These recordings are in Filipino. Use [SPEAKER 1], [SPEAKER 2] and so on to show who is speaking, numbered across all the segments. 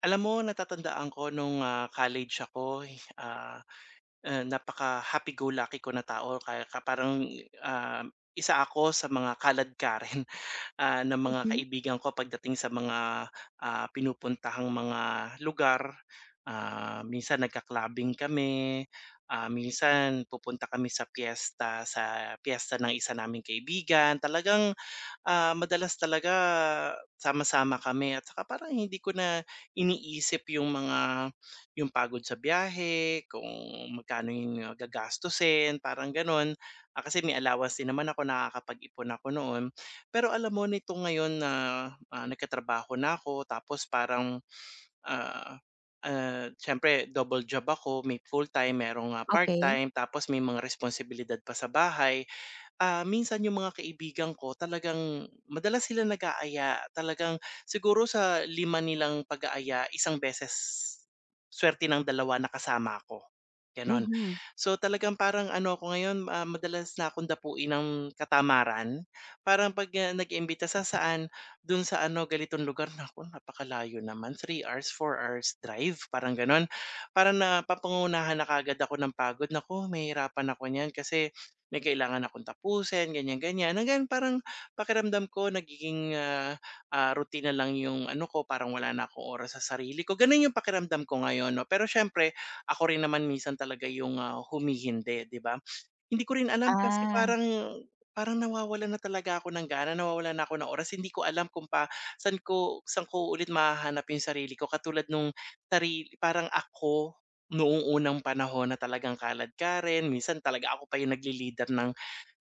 [SPEAKER 1] Alam mo natatandaan ko nung, college ako, ah, napaka happy-go-lucky ko na tao kaya ka parang, ah, isa ako sa mga kaladkarin, ng mga
[SPEAKER 2] Hmm,
[SPEAKER 1] kaibigan ko pagdating sa mga, pinupuntahang mga lugar. Minsan nagka-clubbing kami, minsan pupunta kami sa piyesta ng isa naming kaibigan. Madalas talaga sama-sama kami at saka parang hindi ko na iniisip yung pagod sa biyahe, kung magkano yung gagastusin, parang gano'n. Kasi may allowance din naman ako, nakakapag-ipon ako noon. Pero alam mo nito ngayon na, nagkatrabaho na ako tapos parang, ah, siyempre double job ako, may full-time, merong,
[SPEAKER 2] okey.
[SPEAKER 1] part-time, tapos may mga responsibilidad pa sa bahay. Minsan yung mga kaibigan ko talagang madalas sila nag-aaya. Talagang siguro sa 5 nilang pag-aaya, isang beses suwerte ng dalawa nakasama ako, gano'n.
[SPEAKER 2] Mhm.
[SPEAKER 1] So, talagang parang ano ako ngayon, madalas na akong dapuin ng katamaran. Parang 'pag, nag-iimbita sa saan, dun sa ano, ganitong lugar, naku, napakalayo naman, 3 hours, 4 hours drive, parang gano'n. Parang napapangunahan na kaagad ako ng pagod, naku, mahihirapan ako niyan kasi may kailangan akong tapusin, ganyan-ganyan. Hanggang parang pakiramdam ko nagiging, routine na lang yung ano ko, parang wala na akong oras sa sarili ko. Gano'n yung pakiramdam ko ngayon 'no. Pero siyempre ako rin naman minsan talaga yung, humihindi, 'di ba? Hindi ko rin alam kasi
[SPEAKER 2] Ah,
[SPEAKER 1] parang parang nawawalan na talaga ako ng gana, nawawalan na ako ng oras. Hindi ko alam kung pa saan ko ulit mahahanap yung sarili ko katulad nung sarili parang ako noong unang panahon na talagang kalad ka rin, minsan talaga ako pa yung nagle-leader ng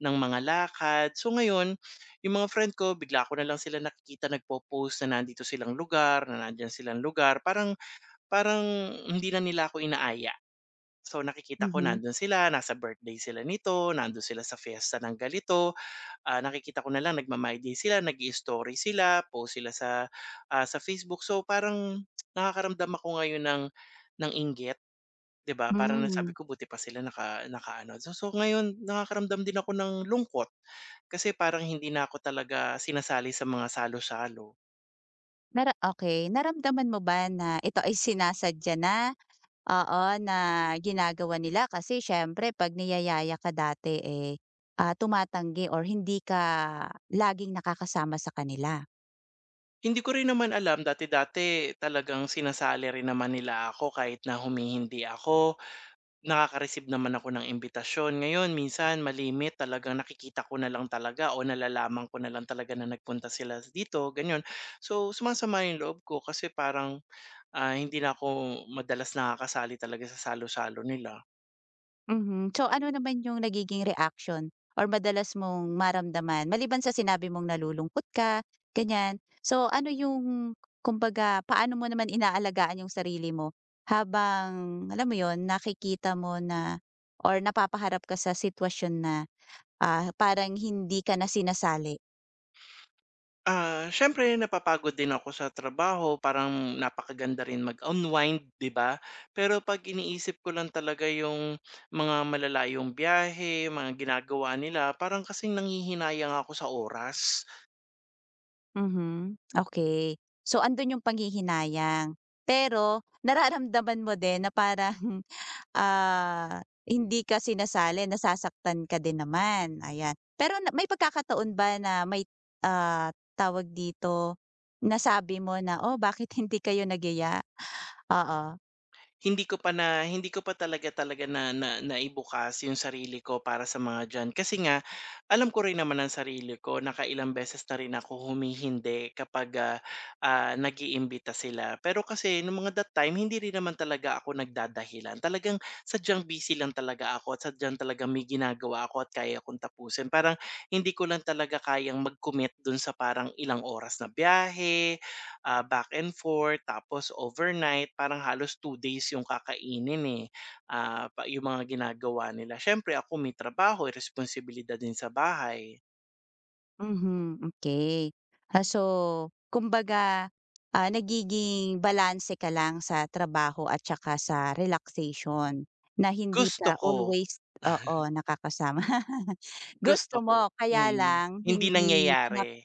[SPEAKER 1] mga lakad. So ngayon, yung mga friend ko bigla ko na lang sila nakikita nagpo-post na nandito silang lugar, na nandiyan silang lugar, parang parang hindi na nila ako inaaya. So, nakikita ko
[SPEAKER 2] Mhm.
[SPEAKER 1] nandun sila, nasa birthday sila nito, nandun sila sa fiesta ng ganito, nakikita ko na lang nagma-my day sila, nag story sila, post sila sa, sa Facebook. So, parang nakakaramdam ako ngayon ng inggit, 'di ba? Parang
[SPEAKER 2] Hmm.
[SPEAKER 1] nasabi ko buti pa sila nakaano. So ngayon nakakaramdam din ako ng lungkot kasi parang hindi na ako talaga sinasali sa mga salo-salo.
[SPEAKER 2] Nara okey. Naramdaman mo ba na ito ay sinasadya na, oo, na ginagawa nila kasi siyempre 'pag niyayaya ka dati, eh, tumatanggi or hindi ka laging nakakasama sa kanila?
[SPEAKER 1] Hindi ko rin naman alam, dati-dati talagang sinasali rin naman nila ako kahit na humihindi ako. Nakaka-receive naman ako ng imbitasyon. Ngayon minsan malimit talagang nakikita ko na lang talaga o nalalaman ko na lang talaga na nagpunta sila dito, ganyan. So, sumasama yung loob ko kasi parang, hindi na ako madalas nakakasali talaga sa salo-salo nila.
[SPEAKER 2] Mhm. So ano naman yung nagiging reaction or madalas mong maramdaman maliban sa sinabi mong nalulungkot ka, ganyan. So ano yung kumbaga paano mo naman inaalagaan yung sarili mo habang alam mo yon nakikita mo na or napapaharap ka sa sitwasyon na, parang hindi ka na sinasali?
[SPEAKER 1] Siyempre napapagod din ako sa trabaho, parang napakaganda rin mag-unwind, 'di ba? Pero 'pag iniisip ko lang talaga yung mga malalayong biyahe, mga ginagawa nila, parang kasing nanghihinayang ako sa oras.
[SPEAKER 2] Mhm, okay. So, andun yung panghihinayang, pero nararamdaman mo din na parang, hindi ka sinasali, nasasaktan ka din naman, ayan. Pero na may pagkakataon ba na may, tawag dito, nasabi mo na, "Oh, bakit hindi kayo nagyaya?" Oo.
[SPEAKER 1] Hindi ko pa talaga talaga na na naibukas yung sarili ko para sa mga diyan. Kasi nga alam ko rin naman ang sarili ko, nakailang beses na rin ako humihindi kapag, nag-iimbita sila. Pero kasi nung mga that time hindi rin naman talaga ako nagdadahilan. Talagang sadyang busy lang talaga ako at sadyang talaga may ginagawa ako at kaya kong tapusin. Parang hindi ko lang talaga kayang mag-commit dun sa parang ilang oras na biyahe, back and forth tapos overnight parang halos 2 days yung kakainin, eh, pa yung mga ginagawa nila. Siyempre ako may trabaho, may responsibilidad din sa bahay.
[SPEAKER 2] Mhm, okay. So kumbaga, nagiging balanse ka lang sa trabaho at saka sa relaxation na hindi
[SPEAKER 1] Gusto
[SPEAKER 2] ka
[SPEAKER 1] ko,
[SPEAKER 2] always, oo, nakakasama.
[SPEAKER 1] gusto
[SPEAKER 2] Gusto
[SPEAKER 1] ko,
[SPEAKER 2] mo kaya lang
[SPEAKER 1] hindi
[SPEAKER 2] hindi
[SPEAKER 1] nangyayari,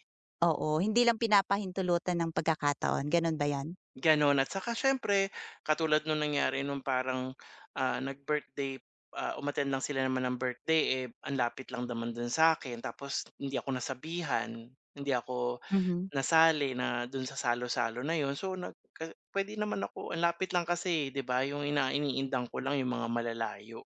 [SPEAKER 2] oo, hindi lang pinapahintulutan ng pagkakataon, gano'n ba 'yon?
[SPEAKER 1] gano'n. At saka siyempre katulad nung nangyari nung parang, nag-birthday, umattend lang sila naman ng birthday, eh, ang lapit lang naman dun sa'kin tapos hindi ako nasabihan, hindi ako
[SPEAKER 2] Mhm.
[SPEAKER 1] nasali na dun sa salo-salo na yun so nag ka puwede naman ako ang lapit lang kasi, 'di ba, yung iniindang ko lang yung mga malalayo.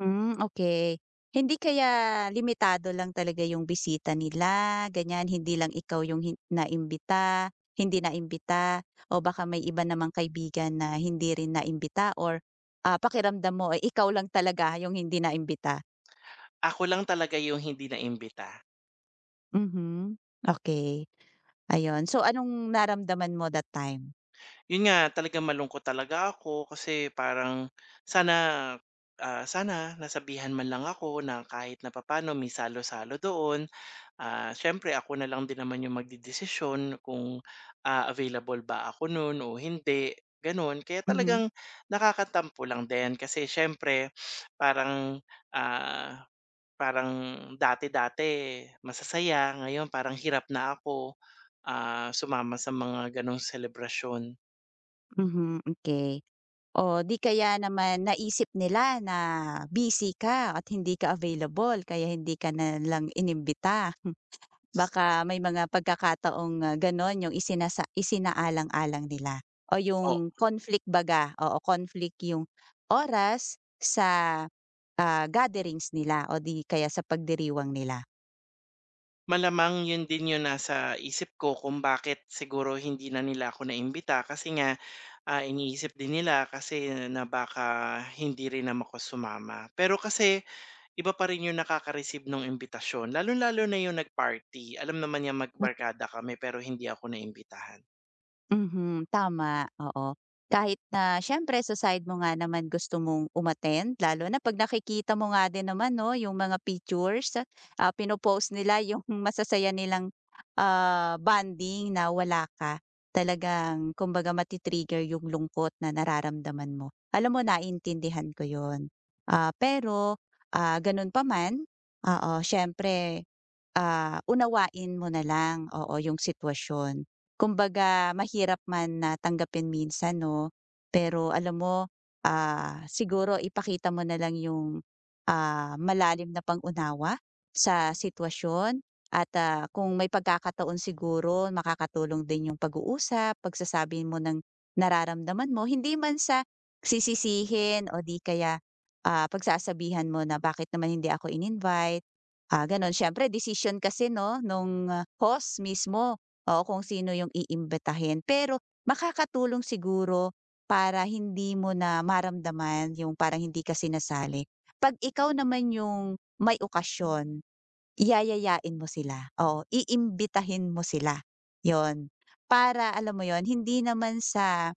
[SPEAKER 2] Hmm, okay. Hindi kaya limitado lang talaga yung bisita nila, ganyan, hindi lang ikaw yung hindi naimbita o baka may iba namang kaibigan na hindi rin naimbita or, pakiramdam mo ay ikaw lang talaga yung hindi naimbita?
[SPEAKER 1] Ako lang talaga yung hindi naimbita.
[SPEAKER 2] Mhm, okay. Ayun. So, anong naramdaman mo that time?
[SPEAKER 1] Yun nga talaga malungkot talaga ako kasi parang sana, sana nasabihan man lang ako na kahit na papano may salo-salo doon. Siyempre ako na lang din naman yung magdedesisyon kung, available ba ako nun o hindi, gano'n. Kaya
[SPEAKER 2] Mhm,
[SPEAKER 1] talagang nakakatampo lang din kasi siyempre parang, ah, parang dati-dati masasaya, ngayon parang hirap na ako, sumama sa mga gano'ng
[SPEAKER 2] mhm, okay. O, 'di kaya naman naisip nila na busy ka at hindi ka available kaya hindi ka na lang inimbita?
[SPEAKER 1] selebrasyon.
[SPEAKER 2] Baka may mga pagkakataong, gano'n yung isinaalang-alang nila o yung conflict baga, o conflict yung oras sa, gatherings nila o di kaya sa pagdiriwang nila.
[SPEAKER 1] Malamang yun din yung nasa isip ko kung bakit siguro hindi na nila ako naimbita kasi nga, iniisip din nila kasi na baka hindi rin naman ako sumama. Pero kasi iba pa rin yung nakaka-receive ng imbitasyon, lalo lalo na yung nag-party. Alam naman niyang magbarkada kami pero hindi ako naimbitahan.
[SPEAKER 2] Mhm, tama, oo. Kahit na siyempre sa side mo nga naman gusto mong umattend lalo na 'pag nakikita mo nga din naman 'no, yung mga pictures, pinopost nila yung masasaya nilang, bonding na wala ka. Talagang kumbaga mati-trigger yung lungkot na nararamdaman mo. Alam mo, naiintindihan ko yun. Pero, ganun pa man, oo, siyempre. Unawain mo na lang, oo, yung sitwasyon. Kumbaga mahirap man na tanggapin minsan 'no, pero alam mo, siguro ipakita mo na lang yung, malalim na pangunawa sa sitwasyon at, kung may pagkakataon siguro makakatulong din yung pag-uusap, pagsasabi mo ng nararamdaman mo, hindi man sa sisisihin o di kaya, pagsasabihan mo na, "Bakit naman hindi ako in-invite?" Gano'n. Siyempre decision kasi 'no, nung, host mismo, o kung sino yung iimbitahin. Pero makakatulong siguro para hindi mo na maramdaman yung parang hindi ka sinasali, 'pag ikaw naman yung may okasyon, yayayain mo sila, oo, iimbitahin mo sila, 'yon. Para alam mo 'yon, hindi naman sa,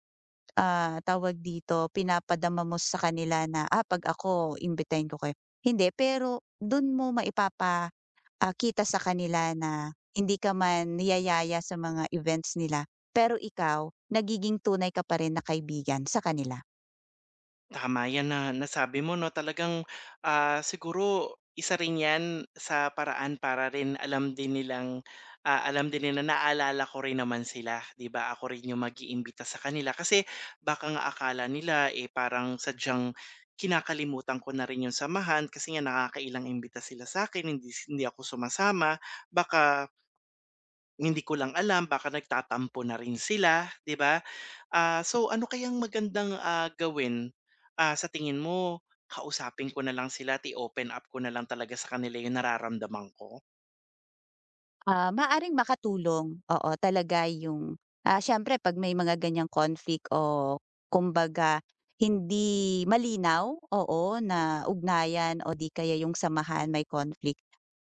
[SPEAKER 2] tawag dito, pinapadama mo sa kanila na, "Ah, 'pag ako imbitahin ko kayo." Hindi, pero dun mo maipapa kita sa kanila na hindi ka man niyayaya sa mga events nila, pero ikaw nagiging tunay ka pa rin na kaibigan sa kanila.
[SPEAKER 1] Tama yan na nasabi mo 'no, talagang, siguro isa rin 'yan sa paraan para rin alam din nila naalala ko rin naman sila, 'di ba? Ako rin yung mag-iimbita sa kanila kasi baka nga akala nila, eh, parang sadyang kinakalimutan ko na rin yung samahan kasi nga nakakailang imbita sila sa akin hindi hindi ako sumasama. Baka hindi ko lang alam, baka nagtatampo na rin sila, 'di ba? So ano kayang magandang, gawin, sa tingin mo? Kausapin ko na lang sila open up ko na lang talaga sa kanila yung nararamdaman ko?
[SPEAKER 2] Maaaring makatulong, oo, talaga yung, siyempre 'pag may mga ganiyang conflict o kumbaga hindi malinaw, oo, na ugnayan o di kaya yung samahan may conflict.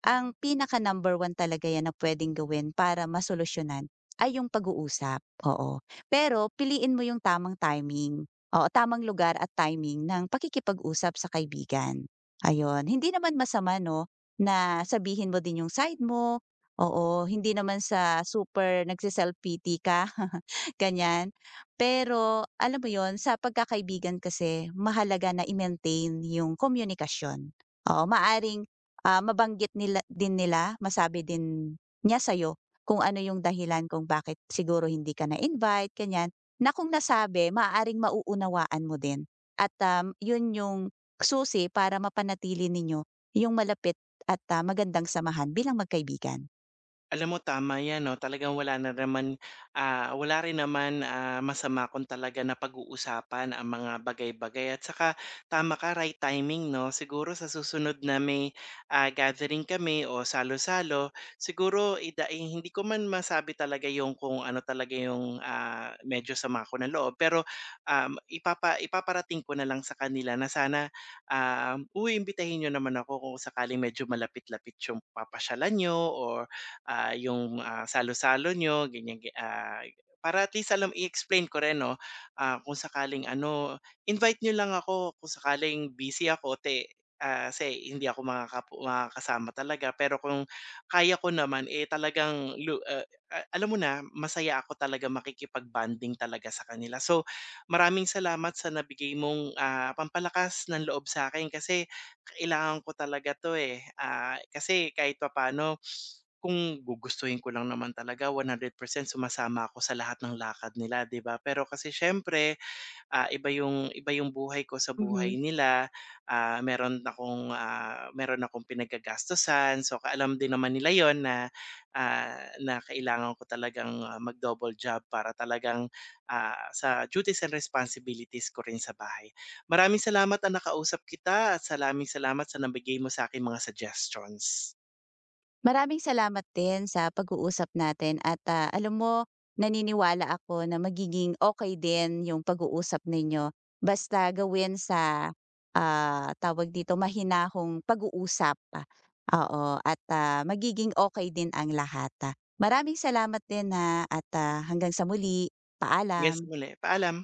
[SPEAKER 2] Ang pinaka number one talaga 'yan na puwedeng gawin para masolusyonan ay yung pag-uusap, oo. Pero piliin mo yung tamang timing, oo, tamang lugar at timing ng pakikipag-usap sa kaibigan, ayun. Hindi naman masama 'no, na sabihin mo din yung side mo, oo, hindi naman sa super nagse pity ka. Ganyan. Pero alam mo yon, sa pagkakaibigan kasi mahalaga na i-maintain yung komunikasyon. Oo, maaring mabanggit nila, din nila, masabi din niya sa'yo kung ano yung dahilan kung bakit siguro hindi ka na-invite, ganyan, na kung nasabi maaaring mauunawaan mo din at, 'yun yung susi para mapanatili ninyo yung malapit at, magandang samahan bilang magkaibigan.
[SPEAKER 1] Alam mo tama 'yan 'no, talagang wala rin naman, masama kung talaga napag-uusapan ang mga bagay-bagay at saka tama ka, right timing 'no. Siguro sa susunod na may, gathering kami o salo-salo, siguro eh, hindi ko man masabi talaga yung kung ano talaga yung, medyo sama ko ng loob pero, ipaparating ko na lang sa kanila na sana, "Uy, imbitahin niyo naman ako kung sakaling medyo malapit-lapit yung papasyalan niyo or yung, salo-salo nyo, ganyan, para at least alam i-explain ko rin 'no, kung sakaling ano, invite nyo lang ako kung sakaling busy ako kasi hindi ako makakasama talaga. Pero kung kaya ko naman, eh, talagang alam mo na, masaya ako talaga makikipag-bonding talaga sa kanila. So, maraming salamat sa nabigay mong, pampalakas ng loob sa akin, kasi kailangan ko talaga 'to, eh. Kasi kahit pa papaano kung gugustuhin ko lang naman talaga 100% sumasama ako sa lahat ng lakad nila, 'di ba? Pero kasi siyempre, iba yung buhay ko sa buhay
[SPEAKER 2] Mhm.
[SPEAKER 1] nila. Meron akong pinagagastusan. So, alam din naman nila 'yon na, ah, na kailangan ko talagang, mag-double job para talagang, sa duties and responsibilities ko rin sa bahay. Maraming salamat na nakausap kita at maraming salamat sa nabigay mo sa akin mga suggestions.
[SPEAKER 2] Maraming salamat din sa pag-uusap natin at, alam mo, naniniwala ako na magiging okay din yung pag-uusap ninyo. Basta gawin sa, tawag dito, mahinahong pag-uusap, oo, at, magiging okay din ang lahat. Maraming salamat din, na at, hanggang sa muli.
[SPEAKER 1] Hanggang sa
[SPEAKER 2] Paalam.
[SPEAKER 1] muli, paalam.